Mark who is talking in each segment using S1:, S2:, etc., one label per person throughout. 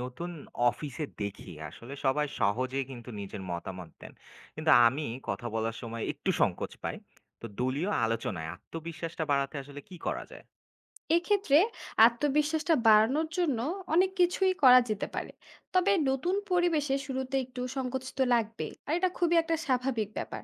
S1: নতুন অফিসে দেখি আসলে সবাই সহজে কিন্তু নিজের মতামত দেন, কিন্তু আমি কথা বলার সময় একটু সংকোচ পাই। তো দলীয় আলোচনায় আত্মবিশ্বাসটা বাড়াতে আসলে কি করা যায়?
S2: এক্ষেত্রে আত্মবিশ্বাসটা বাড়ানোর জন্য অনেক কিছুই করা যেতে পারে। তবে নতুন পরিবেশে শুরুতে একটু সংকুচিত লাগবে, আর এটা খুবই একটা স্বাভাবিক ব্যাপার।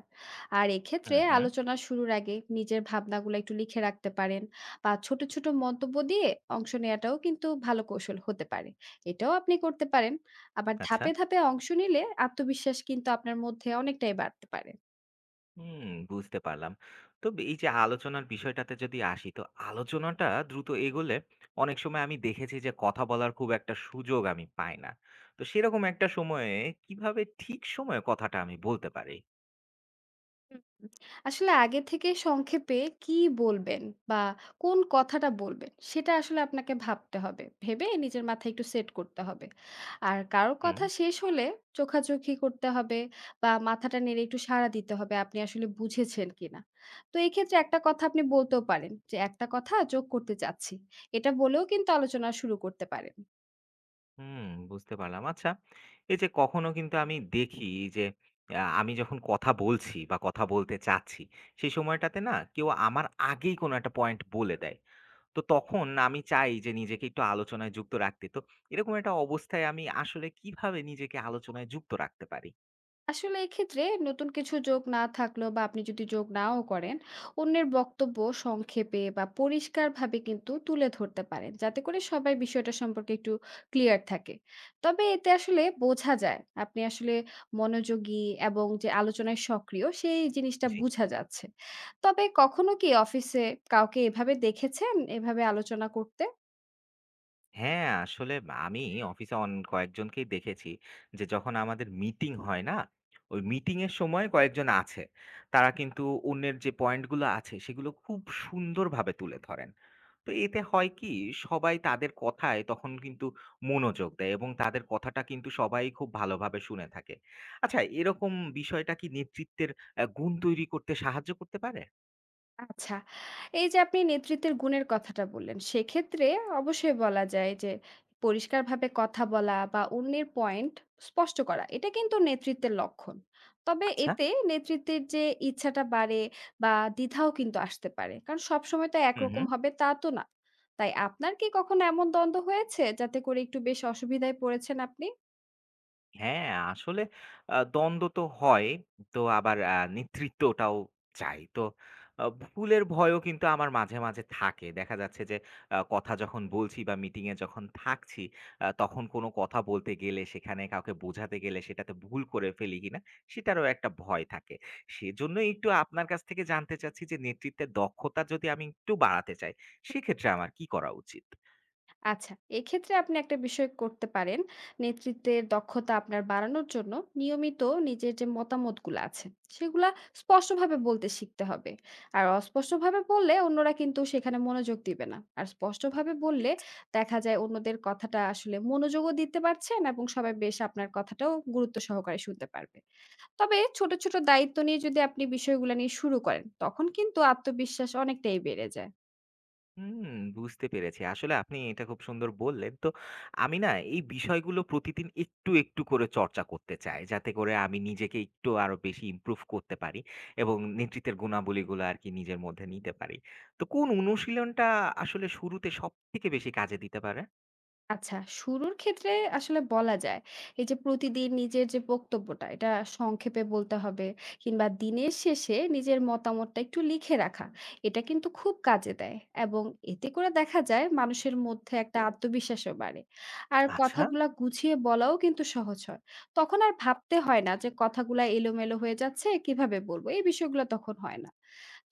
S2: আর
S1: হুম
S2: এক্ষেত্রে
S1: হুম
S2: আলোচনা শুরুর আগে নিজের ভাবনাগুলো একটু লিখে রাখতে পারেন, বা ছোট ছোট মন্তব্য দিয়ে অংশ নেওয়াটাও কিন্তু ভালো কৌশল হতে পারে। এটাও আপনি করতে পারেন। আবার
S1: আচ্ছা,
S2: ধাপে ধাপে অংশ নিলে আত্মবিশ্বাস কিন্তু আপনার মধ্যে অনেকটাই বাড়তে পারে।
S1: হুম, বুঝতে পারলাম। তো এই যে আলোচনার বিষয়টাতে যদি আসি, তো আলোচনাটা দ্রুত এগোলে অনেক সময় আমি দেখেছি যে কথা বলার খুব একটা সুযোগ আমি পাই না। তো সেরকম একটা সময়ে কিভাবে ঠিক সময়ে কথাটা আমি বলতে পারি?
S2: হুম, আসলে আগে থেকে সংক্ষেপে কি বলবেন বা কোন কথাটা বলবেন সেটা আসলে আপনাকে ভাবতে হবে, ভেবে নিজের মাথায় একটু সেট করতে হবে। আর কারো
S1: হুম
S2: কথা শেষ হলে চোখাচোখি করতে হবে, বা মাথাটা নেড়ে একটু সাড়া দিতে হবে আপনি আসলে বুঝেছেন কিনা। তো এই ক্ষেত্রে একটা কথা আপনি বলতেও পারেন যে একটা কথা যোগ করতে চাচ্ছি। এটা বলেও কিন্তু আলোচনা শুরু করতে পারেন।
S1: হুম, বুঝতে পারলাম। আচ্ছা, এই যে কখনো কিন্তু আমি দেখি যে আমি যখন কথা বলছি বা কথা বলতে চাচ্ছি, সেই সময়টাতে না কেউ আমার আগেই কোনো একটা পয়েন্ট বলে দেয়। তো তখন আমি চাই যে নিজেকে একটু আলোচনায় যুক্ত রাখতে। তো এরকম একটা অবস্থায় আমি আসলে কিভাবে নিজেকে আলোচনায় যুক্ত রাখতে পারি?
S2: আসলে এক্ষেত্রে নতুন কিছু যোগ না থাকলেও বা আপনি যদি যোগ নাও করেন, অন্যের বক্তব্য সংক্ষেপে বা পরিষ্কারভাবে কিন্তু তুলে ধরতে পারেন, যাতে করে সবাই বিষয়টা সম্পর্কে একটু ক্লিয়ার থাকে। তবে এতে আসলে বোঝা যায় আপনি আসলে মনোযোগী এবং যে আলোচনায় সক্রিয় সেই জিনিসটা
S1: জি।
S2: বোঝা যাচ্ছে। তবে কখনো কি অফিসে কাউকে এভাবে দেখেছেন, এভাবে আলোচনা করতে?
S1: হ্যাঁ, আসলে আমি অফিসে অন কয়েকজনকেই দেখেছি যে যখন আমাদের মিটিং হয় না? ওই মিটিং এর সময় কয়েকজন আছে। তারা কিন্তু অন্যের যে পয়েন্ট গুলো আছে সেগুলো খুব সুন্দরভাবে তুলে ধরেন। তো এতে হয় কি, সবাই তাদের কথায় তখন কিন্তু মনোযোগ দেয় এবং তাদের কথাটা কিন্তু সবাই খুব ভালোভাবে শুনে থাকে। আচ্ছা, এরকম বিষয়টা কি নেতৃত্বের গুণ তৈরি করতে সাহায্য করতে পারে?
S2: আচ্ছা। এই যে আপনি নেতৃত্বের গুণের কথাটা বললেন, সেক্ষেত্রে অবশ্যই বলা যায় যে পরিষ্কারভাবে কথা বলা বা অন্যের পয়েন্ট স্পষ্ট করা, এটা কিন্তু নেতৃত্বের লক্ষণ। তবে
S1: আচ্ছা।
S2: এতে নেতৃত্বের যে ইচ্ছাটা বাড়ে বা দ্বিধাও কিন্তু আসতে পারে। কারণ সবসময় তো
S1: হু, হু।
S2: একরকম হবে তা তো না। তাই আপনার কি কখনো এমন দ্বন্দ্ব হয়েছে যাতে করে একটু বেশ অসুবিধায় পড়েছেন আপনি?
S1: হ্যাঁ, আসলে দ্বন্দ্ব তো হয়। তো আবার নেতৃত্বটাও চাই। তো ভুলের ভয়ও কিন্তু আমার মাঝে, মাঝে থাকে। দেখা যাচ্ছে যে কথা যখন বলছি বা মিটিং এ যখন থাকছি, তখন কোনো কথা বলতে গেলে সেখানে কাউকে বোঝাতে গেলে সেটাতে ভুল করে ফেলি কিনা সেটারও একটা ভয় থাকে। সেজন্যই একটু আপনার কাছ থেকে জানতে চাচ্ছি যে নেতৃত্বের দক্ষতা যদি আমি একটু বাড়াতে চাই, সেক্ষেত্রে আমার কি করা উচিত?
S2: আচ্ছা, এক্ষেত্রে আপনি একটা বিষয় করতে পারেন। নেতৃত্বের দক্ষতা আপনার বাড়ানোর জন্য নিয়মিত নিজের যে মতামতগুলো আছে, সেগুলা স্পষ্টভাবে বলতে শিখতে হবে। আর অস্পষ্টভাবে বললে অন্যরা কিন্তু সেখানে মনোযোগ দিবে না। আর স্পষ্টভাবে বললে দেখা যায় অন্যদের কথাটা আসলে মনোযোগও দিতে পারছেন, এবং সবাই বেশ আপনার কথাটাও গুরুত্ব সহকারে শুনতে পারবে। তবে ছোট, ছোট দায়িত্ব নিয়ে যদি আপনি বিষয়গুলা নিয়ে শুরু করেন, তখন কিন্তু আত্মবিশ্বাস অনেকটাই বেড়ে যায়।
S1: হুম, বুঝতে পেরেছি। আসলে আপনি এটা খুব সুন্দর বললেন। তো আমি না এই বিষয়গুলো প্রতিদিন একটু, একটু করে চর্চা করতে চাই, যাতে করে আমি নিজেকে একটু আরো বেশি ইমপ্রুভ করতে পারি এবং নেতৃত্বের গুণাবলীগুলো আরকি নিজের মধ্যে নিতে পারি। তো কোন অনুশীলনটা আসলে শুরুতে সবথেকে বেশি কাজে দিতে পারে?
S2: আচ্ছা, শুরুর ক্ষেত্রে আসলে বলা যায়, এই যে প্রতিদিন নিজের যে বক্তব্যটা এটা সংক্ষেপে বলতে হবে, কিংবা দিনের শেষে নিজের মতামতটা একটু লিখে রাখা। এটা কিন্তু খুব কাজে দেয়, এবং এতে করে দেখা যায় মানুষের মধ্যে একটা আত্মবিশ্বাসও বাড়ে। আর
S1: আচ্ছা।
S2: কথাগুলা গুছিয়ে বলাও কিন্তু সহজ হয়। তখন আর ভাবতে হয় না যে কথাগুলা এলোমেলো হয়ে যাচ্ছে, কিভাবে বলবো? এই বিষয়গুলো তখন হয় না।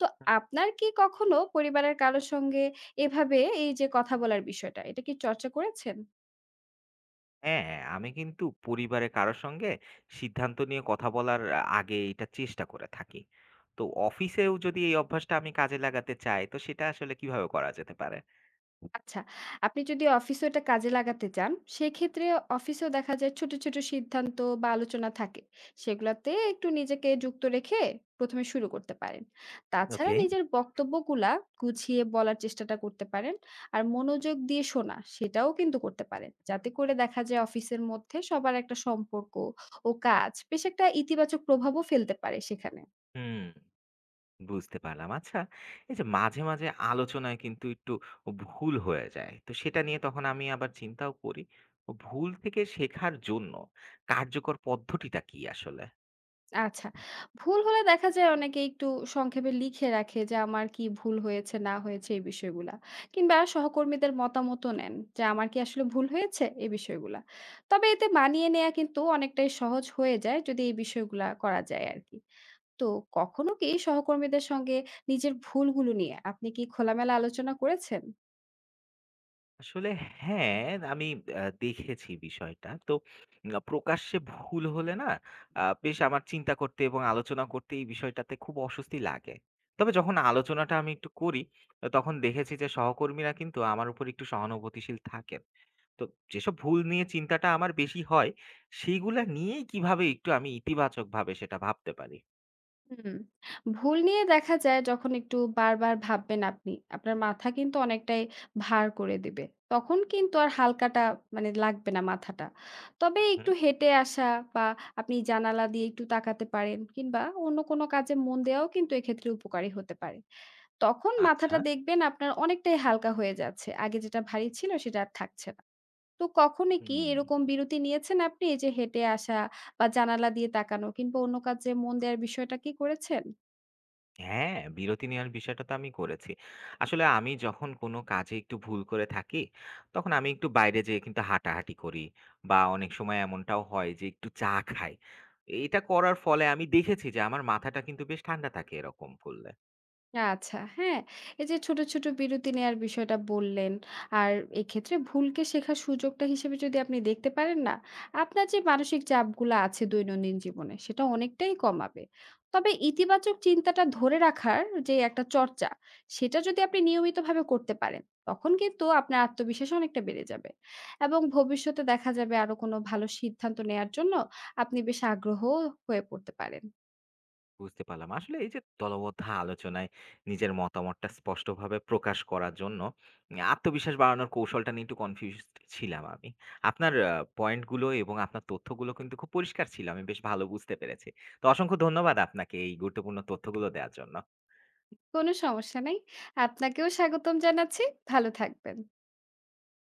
S2: তো আপনার কি কখনো পরিবারের কারো সঙ্গে এভাবে এই যে কথা বলার বিষয়টা, এটা কি চর্চা করেছেন?
S1: হ্যাঁ, আমি কিন্তু পরিবারে কারো সঙ্গে সিদ্ধান্ত নিয়ে কথা বলার আগে এটা চেষ্টা করে থাকি। তো অফিসেও যদি এই অভ্যাসটা আমি কাজে লাগাতে চাই, তো সেটা আসলে কিভাবে করা যেতে পারে?
S2: আচ্ছা, আপনি যদি অফিসেও এটা কাজে লাগাতে চান, সেক্ষেত্রে অফিসেও দেখা যায় ছোট, ছোট সিদ্ধান্ত বা আলোচনা থাকে। সেগুলাতে একটু নিজেকে যুক্ত রেখে ১ম এ শুরু করতে পারেন। তাছাড়া
S1: ওকে।
S2: নিজের বক্তব্যগুলা গুছিয়ে বলার চেষ্টাটা করতে পারেন। আর মনোযোগ দিয়ে শোনা, সেটাও কিন্তু করতে পারেন। যাতে করে দেখা যায় অফিসের মধ্যে সবার একটা সম্পর্ক ও কাজ বেশ একটা ইতিবাচক প্রভাবও ফেলতে পারে সেখানে।
S1: হুম, বুঝতে পারলাম। আচ্ছা, এই যে মাঝে, মাঝে আলোচনায় কিন্তু একটু ভুল হয়ে যায়। তো সেটা নিয়ে তখন আমি আবার চিন্তাও করি। ভুল থেকে শেখার জন্য কার্যকর পদ্ধতিটা কি আসলে?
S2: আচ্ছা। ভুল হলে দেখা যায় অনেকে একটু সংক্ষেপে লিখে রাখে যে আমার কি ভুল হয়েছে না হয়েছে এই বিষয়গুলা। কিংবা সহকর্মীদের মতামতও নেন যে আমার কি আসলে ভুল হয়েছে? এই বিষয়গুলা। তবে এতে মানিয়ে নেয়া কিন্তু অনেকটাই সহজ হয়ে যায় যদি এই বিষয়গুলা করা যায় আরকি। তো কখনো কি সহকর্মীদের সঙ্গে নিজের ভুলগুলো নিয়ে আপনি কি খোলামেলা আলোচনা করেছেন?
S1: আসলে হ্যাঁ, আমি দেখেছি বিষয়টা। তো প্রকাশ্যে ভুল হলে না বেশ আমার চিন্তা করতে এবং আলোচনা করতে এই বিষয়টাতে খুব অস্বস্তি লাগে। তবে যখন আলোচনাটা আমি একটু করি, তখন দেখেছি যে সহকর্মীরা কিন্তু আমার উপর একটু সহানুভূতিশীল থাকেন। তো যেসব ভুল নিয়ে চিন্তাটা আমার বেশি হয়, সেইগুলা নিয়েই কিভাবে একটু আমি ইতিবাচকভাবে সেটা ভাবতে পারি?
S2: হুম, ভুল নিয়ে দেখা যায় যখন একটু বারবার ভাববেন আপনি, আপনার মাথা কিন্তু অনেকটাই ভার করে দিবে। তখন কিন্তু আর হালকাটা মানে লাগবে না মাথাটা। তবে
S1: হুম, হুম।
S2: একটু হেঁটে আসা, বা আপনি জানালা দিয়ে একটু তাকাতে পারেন, কিংবা অন্য কোনো কাজে মন দেওয়াও কিন্তু এক্ষেত্রে উপকারী হতে পারে। তখন
S1: আচ্ছা।
S2: মাথাটা দেখবেন আপনার অনেকটাই হালকা হয়ে যাচ্ছে। আগে যেটা ভারী ছিল সেটা আর থাকছে না। তো কখনো কি
S1: হুম।
S2: এরকম বিরতি নিয়েছেন আপনি? এই যে হেঁটে আসা বা জানালা দিয়ে তাকানো কিংবা অন্য কাজে মন দেওয়ার বিষয়টা কি করেছেন?
S1: হ্যাঁ, বিরতি নেওয়ার বিষয়টা তো আমি করেছি। আসলে আমি যখন কোনো কাজে একটু ভুল করে থাকি, তখন আমি একটু বাইরে যেয়ে কিন্তু হাঁটাহাঁটি করি বা অনেক সময় এমনটাও হয় যে একটু চা খাই। এটা করার ফলে আমি দেখেছি যে আমার মাথাটা কিন্তু বেশ ঠান্ডা থাকে এরকম করলে।
S2: আচ্ছা, হ্যাঁ। এই যে ছোট, ছোট বিরতি নেয়ার বিষয়টা বললেন। আর এক্ষেত্রে ভুলকে শেখার সুযোগটা হিসেবে যদি আপনি দেখতে পারেন না, আপনার যে মানসিক চাপগুলা আছে দৈনন্দিন জীবনে সেটা অনেকটাই কমাবে। তবে ইতিবাচক চিন্তাটা ধরে রাখার যে একটা চর্চা, সেটা যদি আপনি নিয়মিতভাবে করতে পারেন, তখন কিন্তু আপনার আত্মবিশ্বাস অনেকটা বেড়ে যাবে। এবং ভবিষ্যতে দেখা যাবে আরো কোনো ভালো সিদ্ধান্ত নেয়ার জন্য আপনি বেশ আগ্রহ হয়ে পড়তে পারেন।
S1: বুঝতে পারলাম। আসলে এই যে দলবদ্ধ আলোচনায় নিজের মতামতটা স্পষ্টভাবে প্রকাশ করার জন্য আত্মবিশ্বাস বাড়ানোর কৌশলটা নিয়ে একটু কনফিউজড ছিলাম আমি। আপনার পয়েন্টগুলো এবং আপনার তথ্যগুলো কিন্তু খুব পরিষ্কার ছিল। আমি বেশ ভালো বুঝতে পেরেছি। তো অসংখ্য ধন্যবাদ আপনাকে এই গুরুত্বপূর্ণ তথ্যগুলো দেওয়ার জন্য।
S2: কোনো সমস্যা নাই। আপনাকেও স্বাগতম জানাচ্ছি। ভালো থাকবেন।